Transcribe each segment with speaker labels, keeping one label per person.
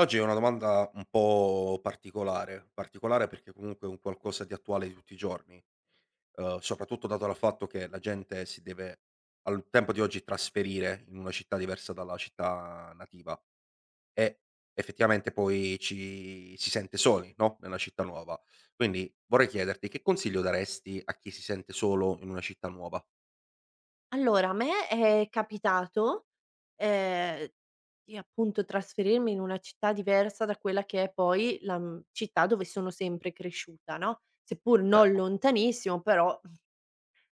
Speaker 1: Oggi è una domanda un po' particolare, particolare perché comunque è un qualcosa di attuale di tutti i giorni, soprattutto dato dal fatto che la gente si deve al tempo di oggi trasferire in una città diversa dalla città nativa e effettivamente poi ci si sente soli, no, nella città nuova. Quindi vorrei chiederti che consiglio daresti a chi si sente solo in una città nuova?
Speaker 2: Allora, a me è capitato, ehm, di appunto trasferirmi in una città diversa da quella che è poi la, città dove sono sempre cresciuta, no, seppur non
Speaker 1: Certo,
Speaker 2: lontanissimo, però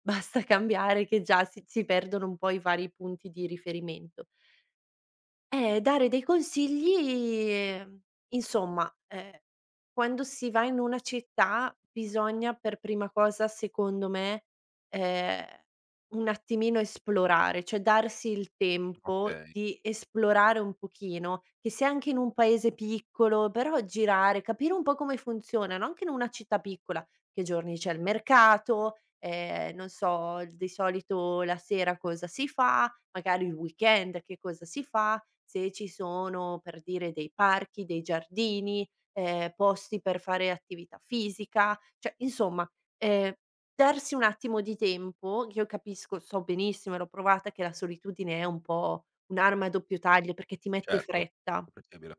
Speaker 2: basta cambiare che già si perdono un po' i vari punti di riferimento. Dare dei consigli, insomma, quando si va in una città bisogna, per prima cosa, secondo me, ehm, un attimino esplorare, cioè darsi il tempo
Speaker 1: okay,
Speaker 2: di esplorare un pochino, che sia anche in un paese piccolo, però girare, capire un po' come funzionano, anche in una città piccola, che giorni c'è il mercato, non so, di solito la sera cosa si fa, magari il weekend che cosa si fa, se ci sono, per dire, dei parchi, dei giardini, posti per fare attività fisica, cioè insomma, ehm, darsi un attimo di tempo. Io capisco, so benissimo e l'ho provata, che la solitudine è un po' un'arma a doppio taglio perché ti mette
Speaker 1: certo,
Speaker 2: fretta,
Speaker 1: comprensibile.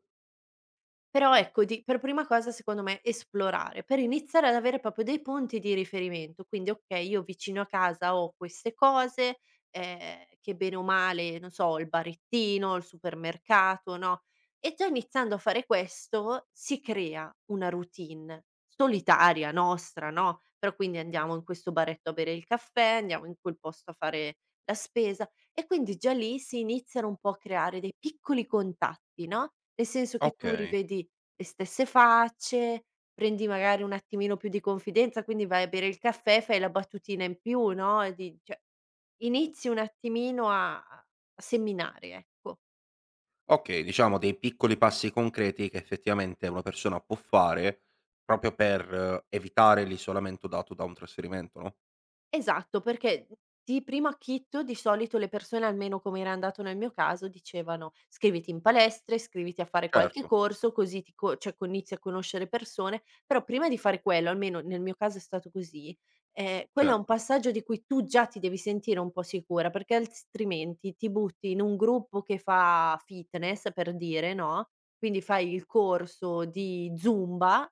Speaker 2: però ecco, di per prima cosa secondo me esplorare, per iniziare ad avere proprio dei punti di riferimento. Quindi okay, io vicino a casa ho queste cose, che bene o male, non so, ho il barettino, il supermercato, no, e già iniziando a fare questo si crea una routine solitaria nostra, no, però quindi andiamo in questo baretto a bere il caffè, andiamo in quel posto a fare la spesa. E quindi già lì si iniziano un po' a creare dei piccoli contatti, no, nel senso che tu
Speaker 1: Okay.
Speaker 2: rivedi le stesse facce, prendi magari un attimino più di confidenza, quindi vai a bere il caffè, fai la battutina in più, no, e di cioè inizi un attimino a seminare, ecco.
Speaker 1: Okay, diciamo dei piccoli passi concreti che effettivamente una persona può fare proprio per evitare l'isolamento dato da un trasferimento, no.
Speaker 2: Esatto, perché di primo acchito di solito le persone, almeno come era andato nel mio caso, dicevano: "Iscriviti in palestra, iscriviti a fare qualche
Speaker 1: Certo,
Speaker 2: corso, così ti co cioè co inizi a conoscere persone". Però prima di fare quello, almeno nel mio caso è stato così, quello è un
Speaker 1: certo,
Speaker 2: passaggio di cui tu già ti devi sentire un po' sicura, perché altrimenti ti butti in un gruppo che fa fitness, per dire, no, quindi fai il corso di zumba,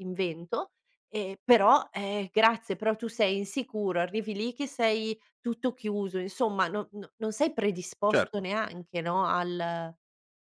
Speaker 2: invento. Però, grazie, però tu sei insicuro, arrivi lì che sei tutto chiuso, insomma no non sei predisposto
Speaker 1: certo,
Speaker 2: neanche, no, al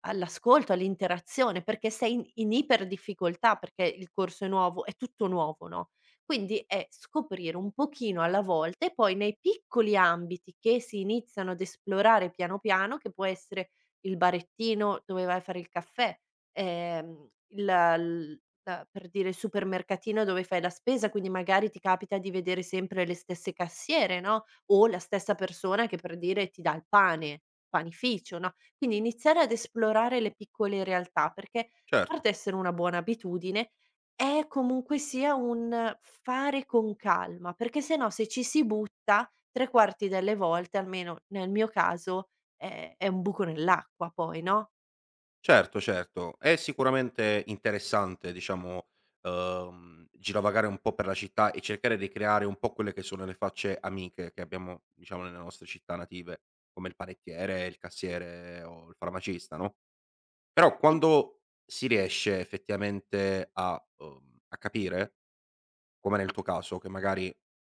Speaker 2: all'ascolto, all'interazione, perché sei in iper difficoltà, perché il corso è nuovo, è tutto nuovo, no, quindi è scoprire un pochino alla volta e poi nei piccoli ambiti che si iniziano ad esplorare piano piano, che può essere il barettino dove vai a fare il caffè, il l da per dire supermercatino dove fai la spesa, quindi magari ti capita di vedere sempre le stesse cassiere, no, o la stessa persona che per dire ti dà il pane, panificio, no, quindi iniziare ad esplorare le piccole realtà, perché a
Speaker 1: certo,
Speaker 2: parte essere una buona abitudine, è comunque sia un fare con calma, perché se no se ci si butta, 3/4 delle volte, almeno nel mio caso, è un buco nell'acqua poi, no?
Speaker 1: certo, certo. È sicuramente interessante, diciamo, girovagare un po' per la città e cercare di creare un po' quelle che sono le facce amiche che abbiamo, diciamo, nelle nostre città native, come il panettiere, il cassiere o il farmacista, no? Però quando si riesce effettivamente a a capire, come nel tuo caso che magari,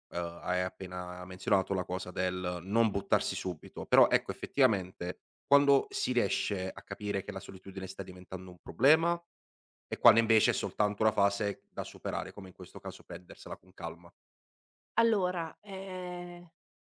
Speaker 1: hai appena menzionato la cosa del non buttarsi subito, però ecco effettivamente quando si riesce a capire che la solitudine sta diventando un problema e quando invece è soltanto una fase da superare, come in questo caso prendersela con calma.
Speaker 2: Allora,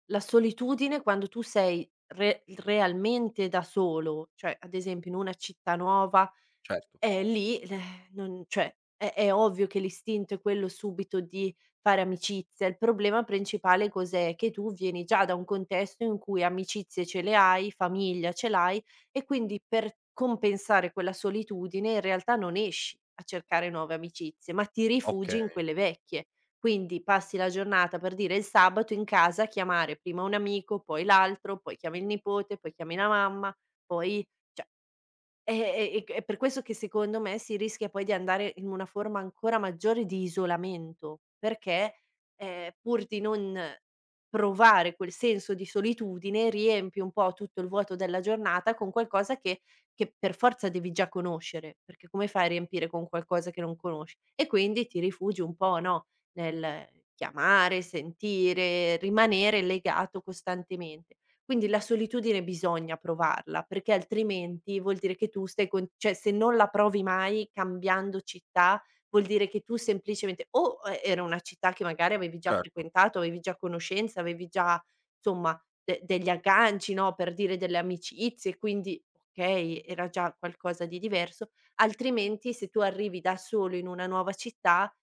Speaker 2: la solitudine quando tu sei re realmente da solo, cioè ad esempio in una città nuova,
Speaker 1: Certo,
Speaker 2: lì, non cioè, è ovvio che l'istinto è quello subito di fare amicizia. Il problema principale cos'è? Che tu vieni già da un contesto in cui amicizie ce le hai, famiglia ce l'hai, e quindi per compensare quella solitudine in realtà non esci a cercare nuove amicizie, ma ti rifugi
Speaker 1: okay,
Speaker 2: in quelle vecchie. Quindi passi la giornata, per dire il sabato, in casa a chiamare prima un amico, poi l'altro, poi chiami il nipote, poi chiami la mamma, poi cioè eh, è per questo che secondo me si rischia poi di andare in una forma ancora maggiore di isolamento, perché, pur di non provare quel senso di solitudine, riempi un po' tutto il vuoto della giornata con qualcosa che per forza devi già conoscere, perché come fai a riempire con qualcosa che non conosci? E quindi ti rifugi un po', no, nel chiamare, sentire, rimanere legato costantemente. Quindi la solitudine bisogna provarla, perché altrimenti vuol dire che tu stai con cioè se non la provi mai cambiando città, vuol dire che tu semplicemente o e era una città che magari avevi già
Speaker 1: cer
Speaker 2: frequentato, avevi già conoscenze, avevi già insomma de degli agganci, no, per dire delle amicizie, quindi okay, era già qualcosa di diverso, altrimenti se tu arrivi da solo in una nuova città,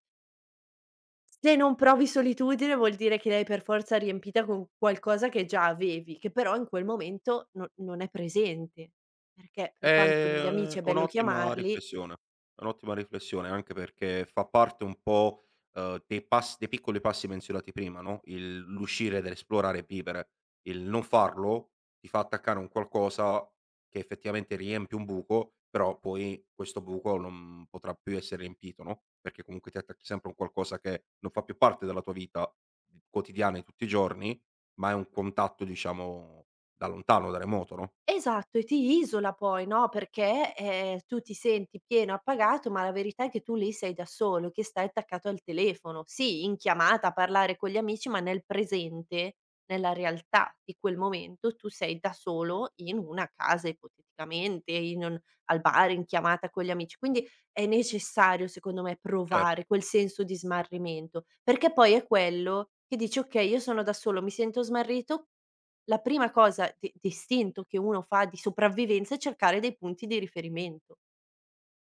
Speaker 2: se non provi solitudine vuol dire che l'hai per forza riempita con qualcosa che già avevi, che però in quel momento, no, non è presente, perché per quanto gli amici
Speaker 1: È
Speaker 2: è bello
Speaker 1: un'ottima
Speaker 2: chiamarli.
Speaker 1: riflessione, è un'ottima riflessione, anche perché fa parte un po', dei piccoli passi menzionati prima, no, il l'uscire dell'esplorare e vivere. Il non farlo ti fa attaccare un qualcosa che effettivamente riempie un buco, però poi questo buco non potrà più essere riempito, no, perché comunque ti attacchi sempre a un qualcosa che non fa più parte della tua vita d quotidiana di tutti i giorni, ma è un contatto diciamo da lontano, da remoto, no.
Speaker 2: Esatto, e ti isola poi, no, perché, tu ti senti pieno appagato, ma la verità è che tu lì sei da solo, che stai attaccato al telefono. Sì, in chiamata a parlare con gli amici, ma nel presente, nella realtà di quel momento, tu sei da solo in una casa ipoteticamente, in un al bar, in chiamata con gli amici. Quindi è necessario, secondo me,
Speaker 1: Certo,
Speaker 2: provare quel senso di smarrimento, perché poi è quello che dici: "Okay, io sono da solo, mi sento smarrito". La prima cosa di istinto che uno fa di sopravvivenza è cercare dei punti di riferimento,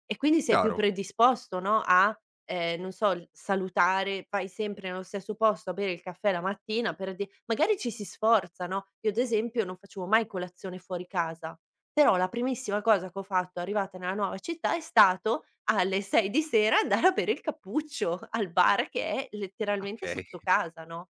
Speaker 2: e quindi sei più
Speaker 1: chiaro.
Speaker 2: predisposto, no, a, non so, l salutare, vai sempre nello stesso posto a bere il caffè la mattina per di magari ci si sforza, no. Io ad esempio non facevo mai colazione fuori casa, però la primissima cosa che ho fatto arrivata nella nuova città è stato alle 6 di sera andare a bere il cappuccio al bar che è letteralmente
Speaker 1: Okay,
Speaker 2: sotto casa, no?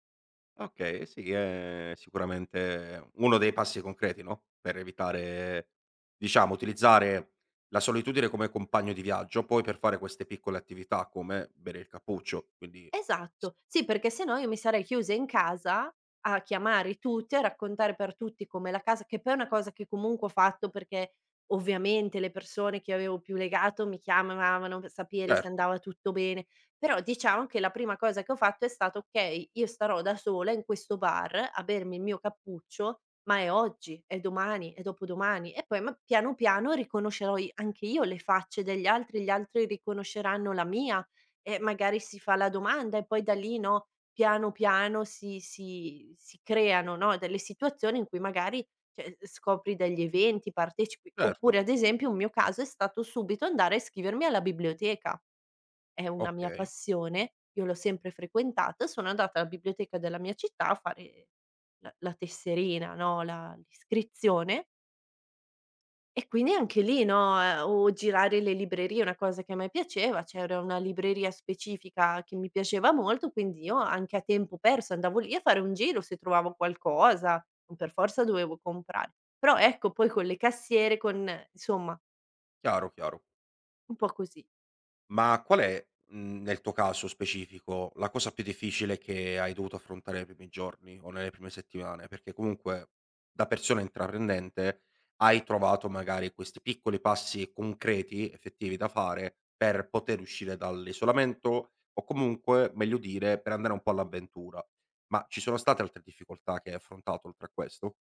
Speaker 1: okay, sì, è sicuramente uno dei passi concreti, no, per evitare diciamo utilizzare la solitudine come compagno di viaggio, poi per fare queste piccole attività come bere il cappuccio, quindi s
Speaker 2: Esatto. Sì, perché se no io mi sarei chiusa in casa a chiamare tutti, a raccontare per tutti come la casa che poi è una cosa che comunque ho fatto perché ovviamente le persone che avevo più legato mi chiamavano per sapere se
Speaker 1: certo,
Speaker 2: andava tutto bene, però diciamo che la prima cosa che ho fatto è stato: "Okay, io starò da sola in questo bar a bermi il mio cappuccio, ma è oggi, è domani, è dopodomani", e poi ma piano piano riconoscerò i anche io le facce degli altri, gli altri riconosceranno la mia. E magari si fa la domanda e poi da lì, no, piano piano si creano, no, delle situazioni in cui magari, cioè, scopri degli eventi, partecipi. Oppure
Speaker 1: certo,
Speaker 2: ad esempio un mio caso è stato subito andare a iscrivermi alla biblioteca. È una mia
Speaker 1: okay,
Speaker 2: passione, io l'ho sempre frequentata, sono andata alla biblioteca della mia città a fare la tesserina, no, la l'iscrizione e quindi anche lì, no, o girare le librerie, una cosa che a me piaceva, c'era una libreria specifica che mi piaceva molto, quindi io anche a tempo perso andavo lì a fare un giro se trovavo qualcosa, non per forza dovevo comprare. Però ecco, poi con le cassiere, con insomma,
Speaker 1: chiaro, chiaro.
Speaker 2: un po' così.
Speaker 1: Ma qual è, nel tuo caso specifico, la cosa più difficile che hai dovuto affrontare nei primi giorni o nelle prime settimane? Perché comunque da persona intraprendente hai trovato magari questi piccoli passi concreti, effettivi da fare per poter uscire dall'isolamento o comunque, meglio dire, per andare un po' all'avventura. Ma ci sono state altre difficoltà che hai affrontato oltre a questo?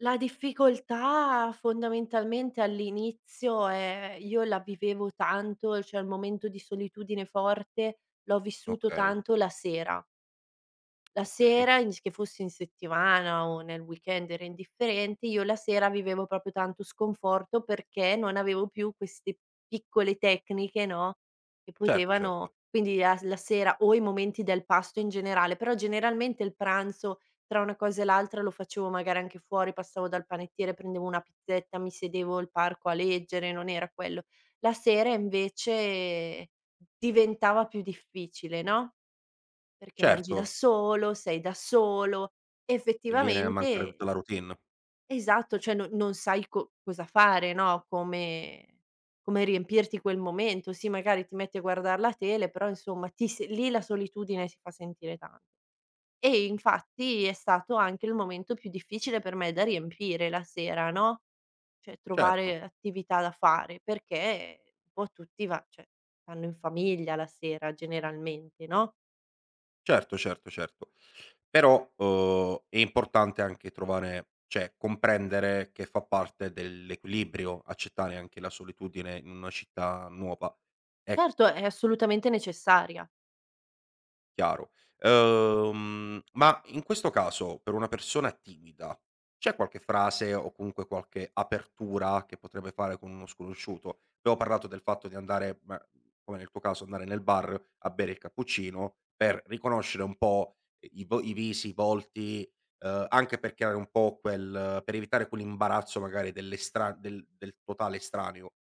Speaker 2: La difficoltà fondamentalmente all'inizio, io la vivevo tanto, cioè il momento di solitudine forte l'ho vissuto
Speaker 1: Okay,
Speaker 2: tanto la sera. La
Speaker 1: okay.
Speaker 2: sera, in s che fossi in settimana o nel weekend era indifferente, io la sera vivevo proprio tanto sconforto perché non avevo più queste piccole tecniche, no, che
Speaker 1: Certo,
Speaker 2: potevano
Speaker 1: certo.
Speaker 2: quindi la sera o i momenti del pasto in generale, però generalmente il pranzo tra una cosa e l'altra lo facevo magari anche fuori, passavo dal panettiere, prendevo una pizzetta, mi sedevo al parco a leggere, non era quello. La sera invece diventava più difficile, no? Perché mangi
Speaker 1: Certo,
Speaker 2: da solo, sei da solo,
Speaker 1: e viene a mancare
Speaker 2: effettivamente
Speaker 1: tutta la routine.
Speaker 2: esatto, cioè no, non sai co cosa fare, no, come riempirti quel momento. Sì, magari ti metti a guardar la tele, però insomma ti se lì la solitudine si fa sentire tanto. E infatti è stato anche il momento più difficile per me da riempire la sera, no, cioè
Speaker 1: Certo.
Speaker 2: trovare attività da fare, perché un po' tutti va cioè vanno in famiglia la sera generalmente, no?
Speaker 1: Certo, certo, certo. Però, è importante anche trovare cioè comprendere che fa parte dell'equilibrio accettare anche la solitudine in una città nuova. E
Speaker 2: Certo, è assolutamente necessaria.
Speaker 1: Chiaro. Ma in questo caso, per una persona timida, c'è qualche frase o comunque qualche apertura che potrebbe fare con uno sconosciuto? Abbiamo parlato del fatto di andare, ma come nel tuo caso, andare nel bar a bere il cappuccino per riconoscere un po' i visi, i volti, anche per creare un po' quel per evitare quell'imbarazzo magari del totale estraneo.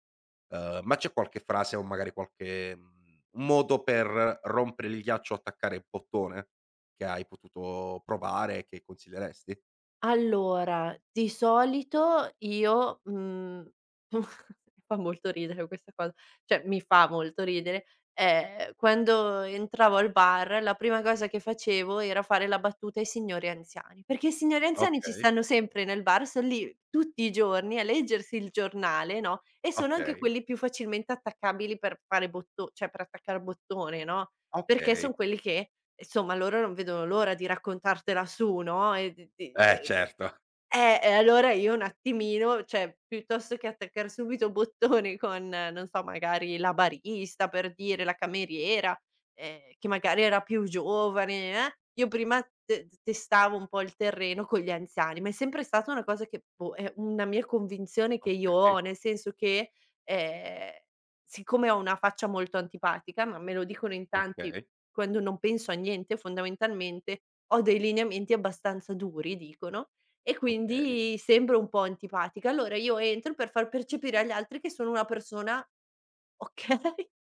Speaker 1: Ma c'è qualche frase o magari qualche, modo per rompere il ghiaccio o attaccare il bottone che hai potuto provare e che consiglieresti?
Speaker 2: Allora, di solito io, fa molto ridere questa cosa, cioè mi fa molto ridere, quando entravo al bar la prima cosa che facevo era fare la battuta ai signori anziani, perché i signori anziani ci
Speaker 1: Okay,
Speaker 2: stanno sempre nel bar, son lì tutti i giorni a leggersi il giornale, no, e sono anche
Speaker 1: okay,
Speaker 2: quelli più facilmente attaccabili per fare botto cioè per attaccare bottone, no, perché son
Speaker 1: okay.
Speaker 2: quelli che insomma loro non vedono l'ora di raccontartela su, no, e d di
Speaker 1: Eh certo,
Speaker 2: e allora io un attimino cioè, piuttosto che attaccare subito bottoni con, non so, magari la barista per dire, la cameriera, che magari era più giovane, io prima te testavo un po' il terreno con gli anziani, ma è sempre stata una cosa che, boh, è una mia convinzione che io ho,
Speaker 1: okay,
Speaker 2: nel senso che, ehm, siccome ho una faccia molto antipatica, ma me lo dicono in tanti
Speaker 1: okay,
Speaker 2: quando non penso a niente fondamentalmente, ho dei lineamenti abbastanza duri dicono e
Speaker 1: okay.
Speaker 2: quindi sembro un po' antipatica. Allora io entro per far percepire agli altri che sono una persona okay,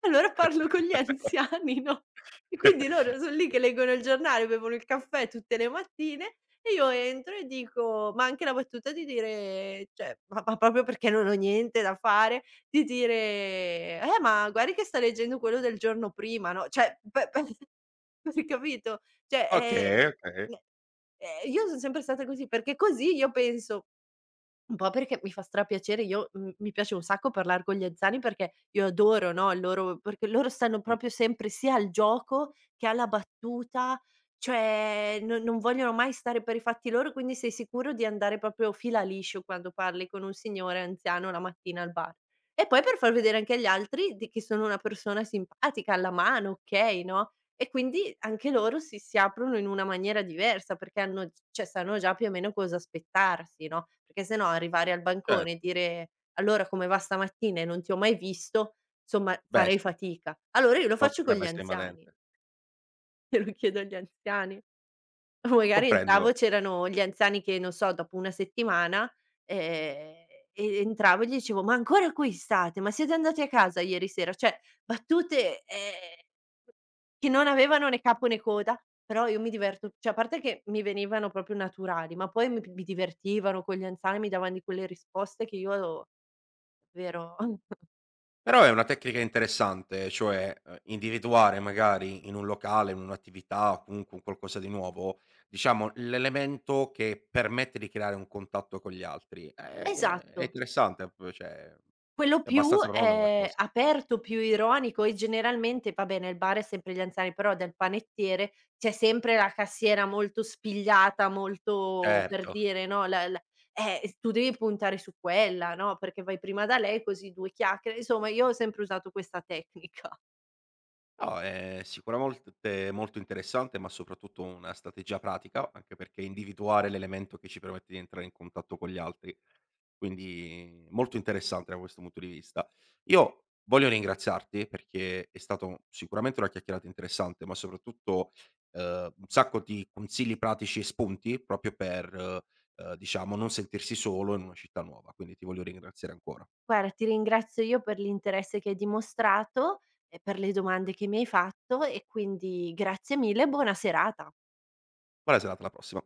Speaker 2: allora parlo con gli anziani, no, e quindi loro son lì che leggono il giornale, bevono il caffè tutte le mattine e io entro e dico ma anche la battuta di dire cioè, ma proprio perché non ho niente da fare, di dire: ma guardi che sta leggendo quello del giorno prima", no, cioè pe pe per capito? Cioè,
Speaker 1: Okay, okay.
Speaker 2: ehm io son sempre stata così, perché così io penso un po' perché mi fa strapiacere, io m mi piace un sacco parlar con gli anziani perché io adoro, no, il loro perché loro stanno
Speaker 1: Mh,
Speaker 2: proprio sempre sia al gioco che alla battuta, cioè no non vogliono mai stare per i fatti loro, quindi sei sicuro di andare proprio fila liscio quando parli con un signore anziano la mattina al bar. E poi per far vedere anche agli altri di che sono una persona simpatica, alla mano, okay, no? E quindi anche loro si aprono in una maniera diversa, perché hanno g cioè sanno già più o meno cosa aspettarsi, no, perché se no arrivare al bancone e
Speaker 1: certo.
Speaker 2: dire: "Allora come va stamattina e non ti ho mai visto", insomma
Speaker 1: Beh
Speaker 2: farei
Speaker 1: sì,
Speaker 2: fatica. Allora io lo faccio con gli
Speaker 1: potrebbe essere
Speaker 2: anziani,
Speaker 1: invadente.
Speaker 2: glielo chiedo agli anziani. Magari
Speaker 1: Comprendo.
Speaker 2: entravo e c'erano gli anziani che, non so, dopo 1 settimana, ehm, e entravo e gli dicevo: "Ma ancora qui state? Ma siete andati a casa ieri sera?" Cioè battute, che non avevano né capo né coda, però io mi diverto cioè a parte che mi venivano proprio naturali, ma poi mi divertivano con gli anziani, mi davan di quelle risposte che io davvero
Speaker 1: Però è una tecnica interessante, cioè, individuare magari in un locale, in un'attività o comunque un qualcosa di nuovo, diciamo l'elemento che permette di creare un contatto con gli altri. È
Speaker 2: esatto.
Speaker 1: interessante, p cioè
Speaker 2: Quello
Speaker 1: è
Speaker 2: più,
Speaker 1: abbastanza profonda come cosa.
Speaker 2: aperto, più ironico e generalmente vabbè nel bar è sempre gli anziani, però del panettiere c'è sempre la cassiera molto spigliata, molto per
Speaker 1: Certo.
Speaker 2: dire, no, la la s tu devi puntare su quella, no, perché vai prima da lei così 2 chiacchiere. Insomma io ho sempre usato questa tecnica.
Speaker 1: No, è sicuramente molto interessante, ma soprattutto una strategia pratica, anche perché individuare l'elemento che ci permette di entrare in contatto con gli altri. Quindi molto interessante da questo punto di vista. Io voglio ringraziarti perché è stato sicuramente una chiacchierata interessante, ma soprattutto eh, un sacco di consigli pratici e spunti proprio per, diciamo, non sentirsi solo in una città nuova. Quindi ti voglio ringraziare ancora.
Speaker 2: Guarda ti ringrazio io per l'interesse che hai dimostrato e per le domande che mi hai fatto e quindi grazie mille e buona serata.
Speaker 1: Buona serata, alla prossima.